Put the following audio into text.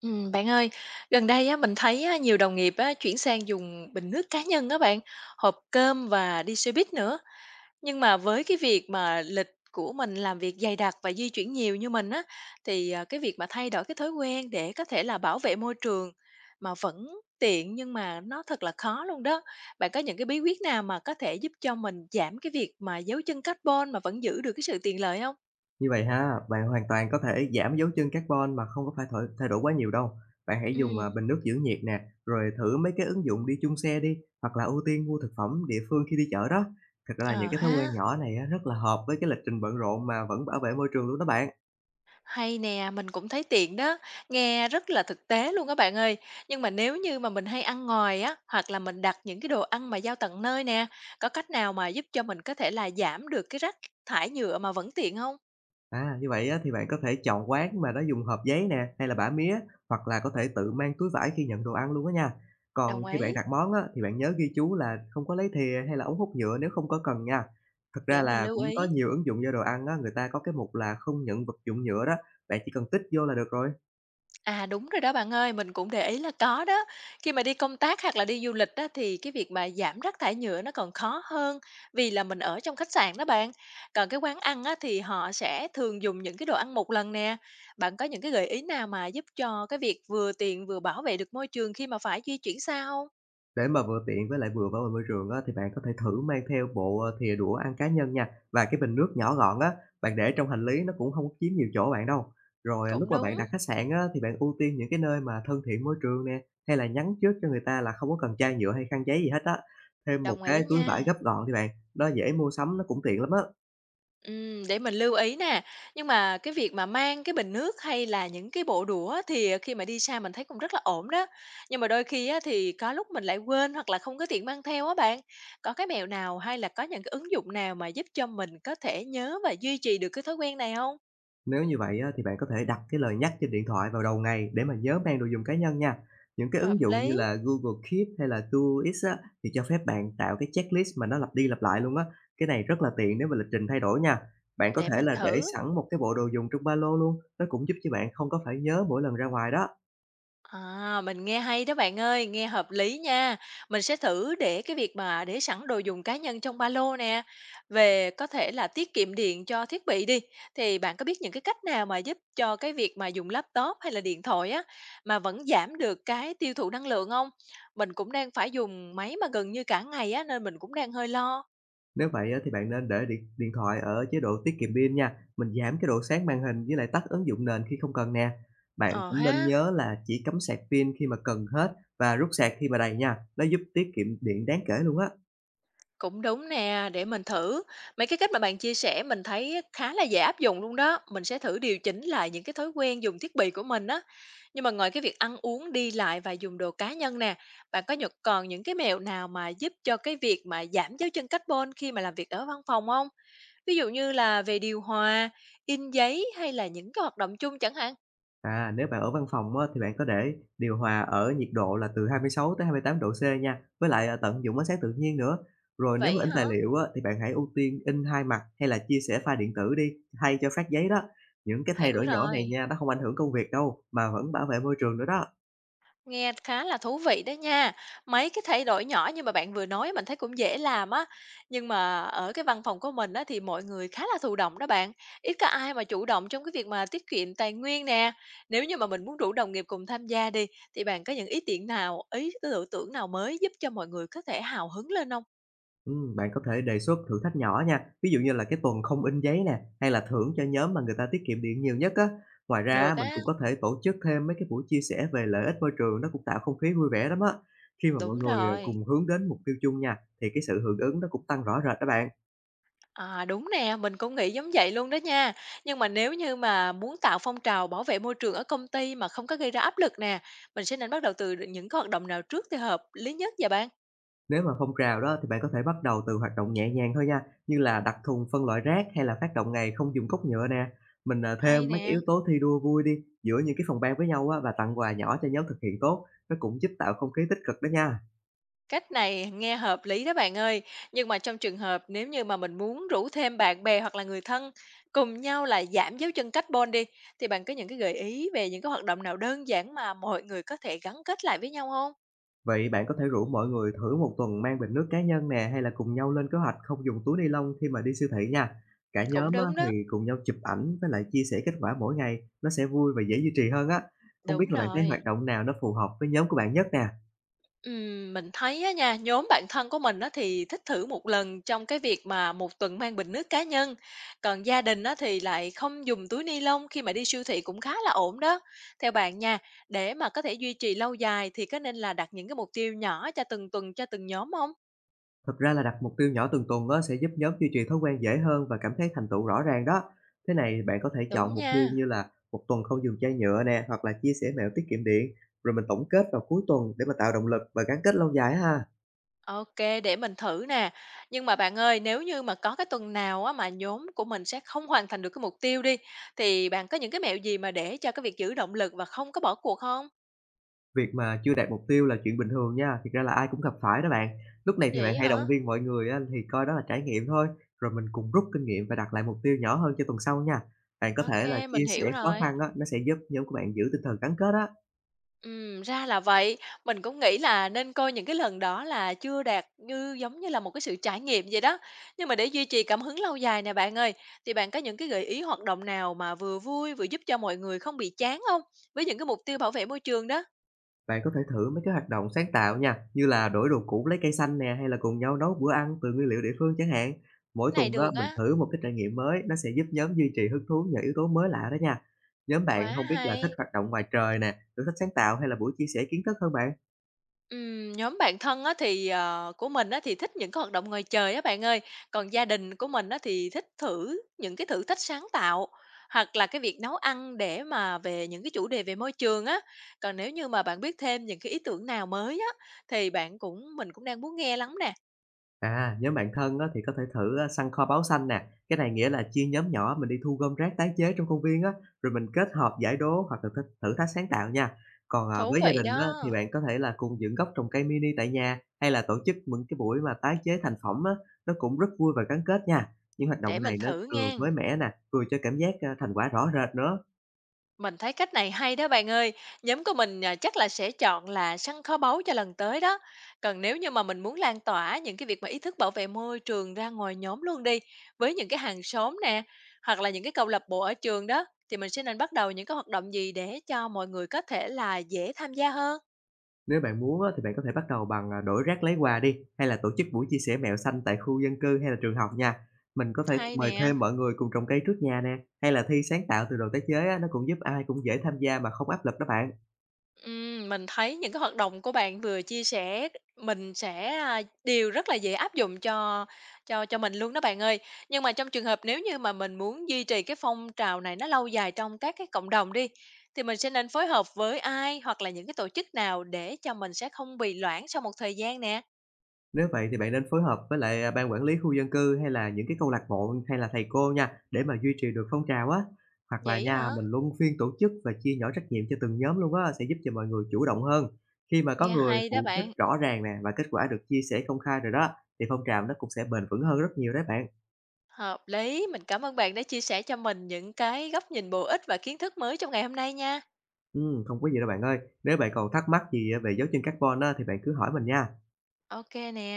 Bạn ơi, gần đây á mình thấy á, nhiều đồng nghiệp á, chuyển sang dùng bình nước cá nhân á bạn, hộp cơm và đi xe buýt nữa. Nhưng mà với cái việc mà lịch của mình làm việc dày đặc và di chuyển nhiều như mình á, thì cái việc mà thay đổi cái thói quen để có thể là bảo vệ môi trường mà vẫn tiện nhưng mà nó thật là khó luôn đó. Bạn có những cái bí quyết nào mà có thể giúp cho mình giảm cái việc mà dấu chân carbon mà vẫn giữ được cái sự tiện lợi không? Như vậy ha, bạn hoàn toàn có thể giảm dấu chân carbon mà không có phải thổi thay đổi quá nhiều đâu. Bạn hãy Ừ, bình nước giữ nhiệt nè, rồi thử mấy cái ứng dụng đi chung xe đi, hoặc là ưu tiên mua thực phẩm địa phương khi đi chợ đó. Thật ra là những ờ cái thói quen ha. nhỏ này á, rất là hợp với cái lịch trình bận rộn mà vẫn bảo vệ môi trường luôn đó bạn. Hay nè, mình cũng thấy tiện đó, nghe rất là thực tế luôn các bạn ơi. Nhưng mà nếu như mà mình hay ăn ngoài á, hoặc là mình đặt những cái đồ ăn mà giao tận nơi nè, có cách nào mà giúp cho mình có thể là giảm được cái rác thải nhựa mà vẫn tiện không? À, như vậy á, thì bạn có thể chọn quán mà nó dùng hộp giấy nè, hay là bã mía, hoặc là có thể tự mang túi vải khi nhận đồ ăn luôn á nha. Còn Đồng khi bạn ý, đặt món á, thì bạn nhớ ghi chú là không có lấy thìa hay là ống hút nhựa nếu không có cần nha. Thực ra để mình là lưu cũng có ý. nhiều ứng dụng cho đồ ăn á, người ta có cái mục là không nhận vật dụng nhựa đó, bạn chỉ cần tích vô là được rồi. À, đúng rồi đó bạn ơi, mình cũng để ý là có đó. Khi mà đi công tác hoặc là đi du lịch đó thì cái việc mà giảm rác thải nhựa nó còn khó hơn vì là mình ở trong khách sạn đó bạn. Còn cái quán ăn á, thì họ sẽ thường dùng những cái đồ ăn một lần nè. Bạn có những cái gợi ý nào mà giúp cho cái việc vừa tiện vừa bảo vệ được môi trường khi mà phải di chuyển sao không? Để mà vừa tiện với lại vừa bảo vệ môi trường á, thì bạn có thể thử mang theo thìa đũa ăn cá nhân nha, và cái bình nước nhỏ gọn á, bạn để trong hành lý nó cũng không có chiếm nhiều chỗ bạn đâu. Lúc Cũng mà bạn đúng, đặt khách sạn á, thì bạn ưu tiên những cái nơi mà thân thiện môi trường nè, hay là nhắn trước cho người ta là không có cần chai nhựa hay khăn giấy gì hết á. Thêm một đồng cái ý túi nha. vải gấp gọn thì bạn, nó dễ mua sắm, nó cũng tiện lắm á. Để mình lưu ý nè. Nhưng mà cái việc mà mang cái bình nước hay là những cái bộ đũa á thì khi mà đi xa mình thấy cũng rất là ổn đó. Nhưng mà đôi khi á, thì có lúc mình lại quên hoặc là không có tiện mang theo á bạn. Có cái mẹo nào hay là có những cái ứng dụng nào mà giúp cho mình có thể nhớ và duy trì được cái thói quen này không. Nếu như vậy á, thì bạn có thể đặt cái lời nhắc trên điện thoại vào đầu ngày để mà nhớ mang đồ dùng cá nhân nha. Những cái Hợp ứng dụng như lý. là Google Keep hay là Todoist á, thì cho phép bạn tạo cái checklist mà nó lặp đi lặp lại luôn á. Cái này rất là tiện nếu mà lịch trình thay đổi nha. Bạn có Để thể mình là để thử. sẵn một cái bộ đồ dùng trong ba lô luôn, nó cũng giúp cho bạn không có phải nhớ mỗi lần ra ngoài đó. À, mình nghe hay đó bạn ơi, nghe hợp lý nha. Mình sẽ thử để cái việc mà để sẵn đồ dùng cá nhân trong ba lô nè. Về có thể là tiết kiệm điện cho thiết bị đi. Thì bạn có biết những cái cách nào mà giúp cho cái việc mà dùng laptop hay là điện thoại á mà vẫn giảm được cái tiêu thụ năng lượng không? Mình cũng đang phải dùng máy mà gần như cả ngày á nên mình cũng đang hơi lo. Nếu vậy á, thì bạn nên để điện điện thoại ở chế độ tiết kiệm pin nha, mình giảm cái độ sáng màn hình với lại tắt ứng dụng nền khi không cần nè. Bạn Ờ cũng nên ha. nhớ là chỉ cắm sạc pin khi mà cần hết và rút sạc khi mà đầy nha, nó giúp tiết kiệm điện đáng kể luôn á. Cũng đúng nè, để mình thử. Mấy cái cách mà bạn chia sẻ mình thấy khá là dễ áp dụng luôn đó. Mình sẽ thử điều chỉnh lại những cái thói quen dùng thiết bị của mình á. Nhưng mà ngoài cái việc ăn uống, đi lại và dùng đồ cá nhân nè, bạn có nhật còn những cái mẹo nào mà giúp cho cái việc mà giảm dấu chân carbon khi mà làm việc ở văn phòng không? Ví dụ như là về điều hòa, in giấy hay là những cái hoạt động chung chẳng hạn. À, nếu bạn ở văn phòng á, thì bạn có để điều hòa ở nhiệt độ là từ 26 tới 28 độ C nha, tận dụng ánh sáng tự nhiên nữa. Rồi nếu mà Vậy in hả? tài liệu á, thì bạn hãy ưu tiên in hai mặt hay là chia sẻ file điện tử đi, thay cho phát giấy đó. Những cái thay Hiểu đổi nhỏ này rồi. nha, nó không ảnh hưởng công việc đâu, mà vẫn bảo vệ môi trường nữa đó. Nghe khá là thú vị đó nha. Mấy cái thay đổi nhỏ như mà bạn vừa nói mình thấy cũng dễ làm á. Nhưng mà ở cái văn phòng của mình á thì mọi người khá là thụ động đó bạn. Ít có ai mà chủ động trong cái việc mà tiết kiệm tài nguyên nè. Nếu như mà mình muốn rủ đồng nghiệp cùng tham gia đi thì bạn có những ý tưởng nào, ý tưởng tưởng nào mới giúp cho mọi người có thể hào hứng lên không? Bạn có thể đề xuất thử thách nhỏ nha, ví dụ như là cái tuần không in giấy nè, hay là thưởng cho nhóm mà người ta tiết kiệm điện nhiều nhất á. Ngoài ra á, Được mình á. cũng có thể tổ chức thêm mấy cái buổi chia sẻ về lợi ích môi trường, nó cũng tạo không khí vui vẻ lắm á. Khi mà Đúng rồi. cùng hướng đến mục tiêu chung nha, thì cái sự hưởng ứng nó cũng tăng rõ rệt đó bạn. À, đúng nè, mình cũng nghĩ giống vậy luôn đó nha. Nhưng mà nếu như mà muốn tạo phong trào bảo vệ môi trường ở công ty mà không có gây ra áp lực nè, mình sẽ nên bắt đầu từ những cái hoạt động nào trước thì hợp lý nhất vậy bạn? Nếu mà phong trào đó thì bạn có thể bắt đầu từ hoạt động nhẹ nhàng thôi nha, như là đặt thùng phân loại rác hay là phát động ngày không dùng cốc nhựa nè. Hay Thêm mấy cái nè. yếu tố thi đua vui đi giữa những cái phòng ban với nhau á và tặng quà nhỏ cho nhóm thực hiện tốt, nó cũng giúp tạo không khí tích cực đó nha. Cách này nghe hợp lý đó bạn ơi. Nhưng mà trong trường hợp nếu như mà mình muốn rủ thêm bạn bè hoặc là người thân cùng nhau là giảm dấu chân carbon đi, thì bạn có những cái gợi ý về những cái hoạt động nào đơn giản mà mọi người có thể gắn kết lại với nhau không? Vậy bạn có thể rủ mọi người thử một tuần mang bình nước cá nhân nè, hay là cùng nhau lên kế hoạch không dùng túi ni lông khi mà đi siêu thị nha. Cả Cũng nhóm á đúng đó. thì cùng nhau chụp ảnh với lại chia sẻ kết quả mỗi ngày, nó sẽ vui và dễ duy trì hơn á. Không biết Đúng là bạn thấy rồi. hoạt động nào nó phù hợp với nhóm của bạn nhất nè? Mình thấy á nha, nhóm bạn thân của mình á thì thích thử một lần trong cái việc mà một tuần mang bình nước cá nhân, còn gia đình á thì lại không dùng túi ni lông khi mà đi siêu thị cũng khá là ổn đó. Theo bạn nha, để mà có thể duy trì lâu dài thì có nên là đặt những cái mục tiêu nhỏ cho từng tuần cho từng nhóm không? Thực ra là đặt mục tiêu nhỏ từng tuần đó sẽ giúp nhóm duy trì thói quen dễ hơn và cảm thấy thành tựu rõ ràng đó. Thế này bạn có thể chọn Đúng mục tiêu nha. như là một tuần không dùng chai nhựa nè, hoặc là chia sẻ mẹo tiết kiệm điện, rồi mình tổng kết vào cuối tuần để mà tạo động lực và gắn kết lâu dài ha. Ok, để mình thử nè. Nhưng mà bạn ơi, nếu như mà có cái tuần nào á mà nhóm của mình sẽ không hoàn thành được cái mục tiêu đi, thì bạn có những cái mẹo gì mà để cho cái việc giữ động lực và không có bỏ cuộc không? Việc mà chưa đạt mục tiêu là chuyện bình thường nha, thiệt ra là ai cũng gặp phải đó bạn. Lúc này thì bạn Vậy hãy hả? động viên mọi người á, thì coi đó là trải nghiệm thôi, rồi mình cùng rút kinh nghiệm và đặt lại mục tiêu nhỏ hơn cho tuần sau nha. Bạn có OK, thể là chia mình hiểu sẻ khó rồi. khăn á, nó sẽ giúp nhóm của bạn giữ tinh thần gắn kết á. Ra là vậy. Mình cũng nghĩ là nên coi những cái lần đó là chưa đạt như giống như là một cái sự trải nghiệm vậy đó. Nhưng mà để duy trì cảm hứng lâu dài nè bạn ơi, thì bạn có những cái gợi ý hoạt động nào mà vừa vui vừa giúp cho mọi người không bị chán không? Với những cái mục tiêu bảo vệ môi trường đó, Bạn có thể thử mấy cái hoạt động sáng tạo nha, như là đổi đồ cũ lấy cây xanh nè, hay là cùng nhau nấu bữa ăn từ nguyên liệu địa phương chẳng hạn. Mỗi cái tuần này á, được mình á, thử một cái trải nghiệm mới, nó sẽ giúp nhóm duy trì hứng thú nhờ yếu tố mới lạ đó nha. Nhóm quá bạn không biết là thích hay. hoạt động ngoài trời nè, thử thách sáng tạo hay là buổi chia sẻ kiến thức hơn bạn? Nhóm bạn thân á thì, của mình á thì thích những cái hoạt động ngoài trời á bạn ơi, còn gia đình của mình á thì thích thử những cái thử thách sáng tạo, hoặc là cái việc nấu ăn để mà về những cái chủ đề về môi trường á. Còn nếu như mà bạn biết thêm những cái ý tưởng nào mới á, thì bạn cũng mình cũng đang muốn nghe lắm nè. À, nhóm bạn thân á, thì có thể thử á, săn kho báu xanh nè. Cái này nghĩa là chia nhóm nhỏ mình đi thu gom rác tái chế trong công viên á, rồi mình kết hợp giải đố hoặc là thử thách sáng tạo nha. Còn, à, Thú với gia vị đình á, thì đó, bạn có thể là cùng dựng gốc trồng cây mini tại nhà, hay là tổ chức những cái buổi mà tái chế thành phẩm á, nó cũng rất vui và gắn kết nha. Những hoạt để động mình này nó thử vừa nghe. mới mẻ nè, vừa cho cảm giác thành quả rõ rệt nữa. Mình thấy cách này hay đó bạn ơi. Nhóm của mình à, chắc là sẽ chọn là săn kho báu cho lần tới đó. Còn nếu như mà mình muốn lan tỏa những cái việc mà ý thức bảo vệ môi trường ra ngoài nhóm luôn đi, với những cái hàng xóm nè, hoặc là những cái câu lạc bộ ở trường đó, thì mình sẽ nên bắt đầu những cái hoạt động gì để cho mọi người có thể là dễ tham gia hơn. Nếu bạn muốn á, thì bạn có thể bắt đầu bằng đổi rác lấy quà đi, hay là tổ chức buổi chia sẻ mẹo xanh tại khu dân cư hay là trường học nha. Mình có thể Hay mời nè. thêm mọi người cùng trồng cây trước nhà nè, hay là thi sáng tạo từ đồ tái chế á, nó cũng giúp ai cũng dễ tham gia mà không áp lực đó bạn. Mình thấy những cái hoạt động của bạn vừa chia sẻ mình sẽ, đều rất là dễ áp dụng cho mình luôn đó bạn ơi. Nhưng mà trong trường hợp nếu như mà mình muốn duy trì cái phong trào này nó lâu dài trong các cái cộng đồng đi, thì mình sẽ nên phối hợp với ai hoặc là những cái tổ chức nào để cho mình sẽ không bị loãng sau một thời gian nè? Nếu vậy thì bạn nên phối hợp với ban quản lý khu dân cư hay là những cái câu lạc bộ hay là thầy cô nha, để mà duy trì được phong trào á. Hoặc là Vậy nha, hả? mình luân phiên tổ chức và chia nhỏ trách nhiệm cho từng nhóm luôn á, sẽ giúp cho mọi người chủ động hơn. Khi mà có Nghe người hay đó phụ trách bạn, rõ ràng nè và kết quả được chia sẻ công khai rồi đó, thì phong trào nó cũng sẽ bền vững hơn rất nhiều đấy bạn. hợp lý. Mình cảm ơn bạn đã chia sẻ cho mình những cái góc nhìn bổ ích và kiến thức mới trong ngày hôm nay nha. Không có gì đâu bạn ơi, nếu bạn còn thắc mắc gì về dấu chân carbon á, thì bạn cứ hỏi mình nha. Ok nè.